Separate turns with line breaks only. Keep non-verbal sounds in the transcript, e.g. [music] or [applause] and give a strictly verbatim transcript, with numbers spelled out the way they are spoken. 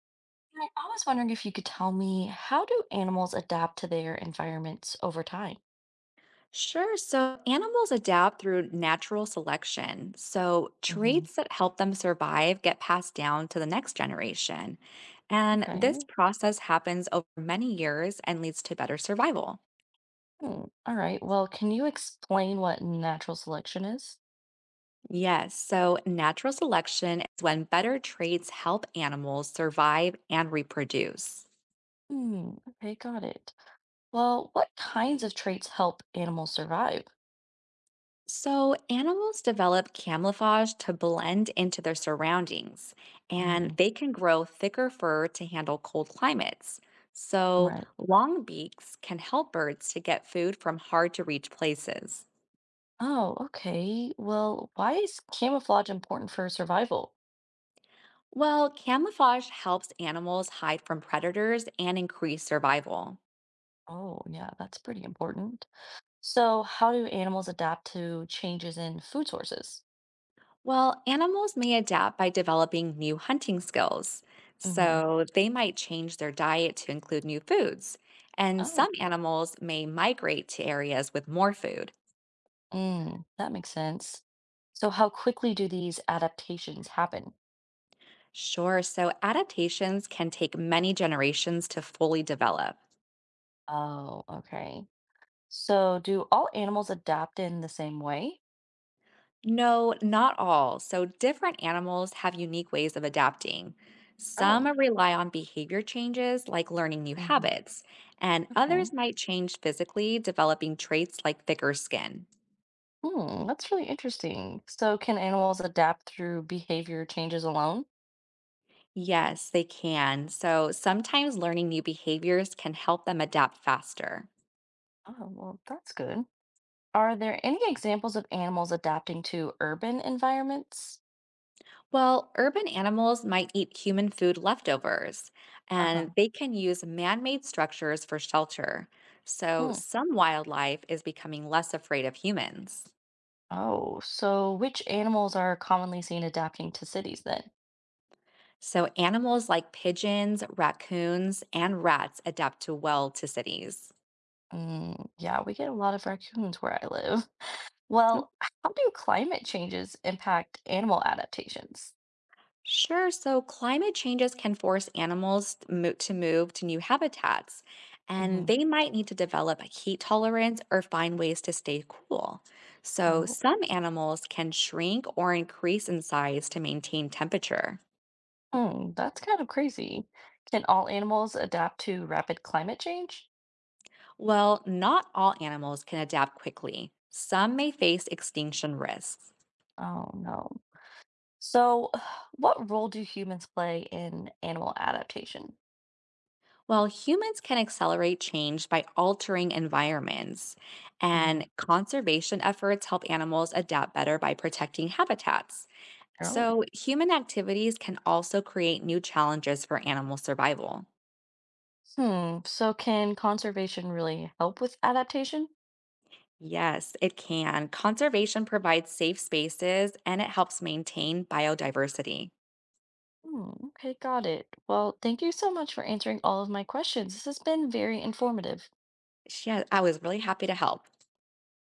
I I was wondering if you could tell me, how do animals adapt to their environments over time?
Sure. So animals adapt through natural selection. So
Hmm.
traits that help them survive get passed down to the next generation. And this
Okay.
process happens over many years and leads to better survival.
Hmm. All right. Well, can you explain what natural selection is?
Yes. So natural selection is when better traits help animals survive and reproduce.
Hmm. Okay, got it. Well, what kinds of traits help animals survive?
So, animals develop camouflage to blend into their surroundings, and
Hmm.
they can grow thicker fur to handle cold climates. So,
Right.
long beaks can help birds to get food from hard to reach places.
Oh, okay. Well, why is camouflage important for survival?
Well, camouflage helps animals hide from predators and increase survival.
Oh, yeah, that's pretty important. So, how do animals adapt to changes in food sources?
Well, animals may adapt by developing new hunting skills.
Hmm.
So they might change their diet to include new foods. And
Oh.
some animals may migrate to areas with more food.
Mm, that makes sense. So, how quickly do these adaptations happen?
Sure, so adaptations can take many generations to fully develop.
Oh, okay. So, do all animals adapt in the same way?
No, not all. So different animals have unique ways of adapting. Some
Oh.
rely on behavior changes, like learning new
Hmm.
habits, and
Okay.
others might change physically, developing traits like thicker skin.
Hmm, that's really interesting. So, can animals adapt through behavior changes alone?
Yes, they can. So sometimes learning new behaviors can help them adapt faster.
Oh, well, that's good. Are there any examples of animals adapting to urban environments?
Well, urban animals might eat human food leftovers, and
Uh-huh.
they can use man made structures for shelter. So
Hmm.
some wildlife is becoming less afraid of humans.
Oh, so which animals are commonly seen adapting to cities then?
So animals like pigeons, raccoons, and rats adapt to well to cities.
Mm, yeah, we get a lot of raccoons where I live. Well, how do climate changes impact animal adaptations?
Sure. So climate changes can force animals mo- to move to new habitats, and
Hmm.
they might need to develop a heat tolerance or find ways to stay cool. So
Oh.
some animals can shrink or increase in size to maintain temperature.
Hmm, that's kind of crazy. Can all animals adapt to rapid climate change?
Well, not all animals can adapt quickly. Some may face extinction risks.
Oh, no. So, [sighs] what role do humans play in animal adaptation?
While humans can accelerate change by altering environments,
Hmm.
and conservation efforts help animals adapt better by protecting habitats.
Oh.
So, human activities can also create new challenges for animal survival.
Hmm. So can conservation really help with adaptation?
Yes, it can. Conservation provides safe spaces and it helps maintain biodiversity.
Hmm. Okay, got it. Well, thank you so much for answering all of my questions. This has been very informative.
Yeah, I was really happy to help.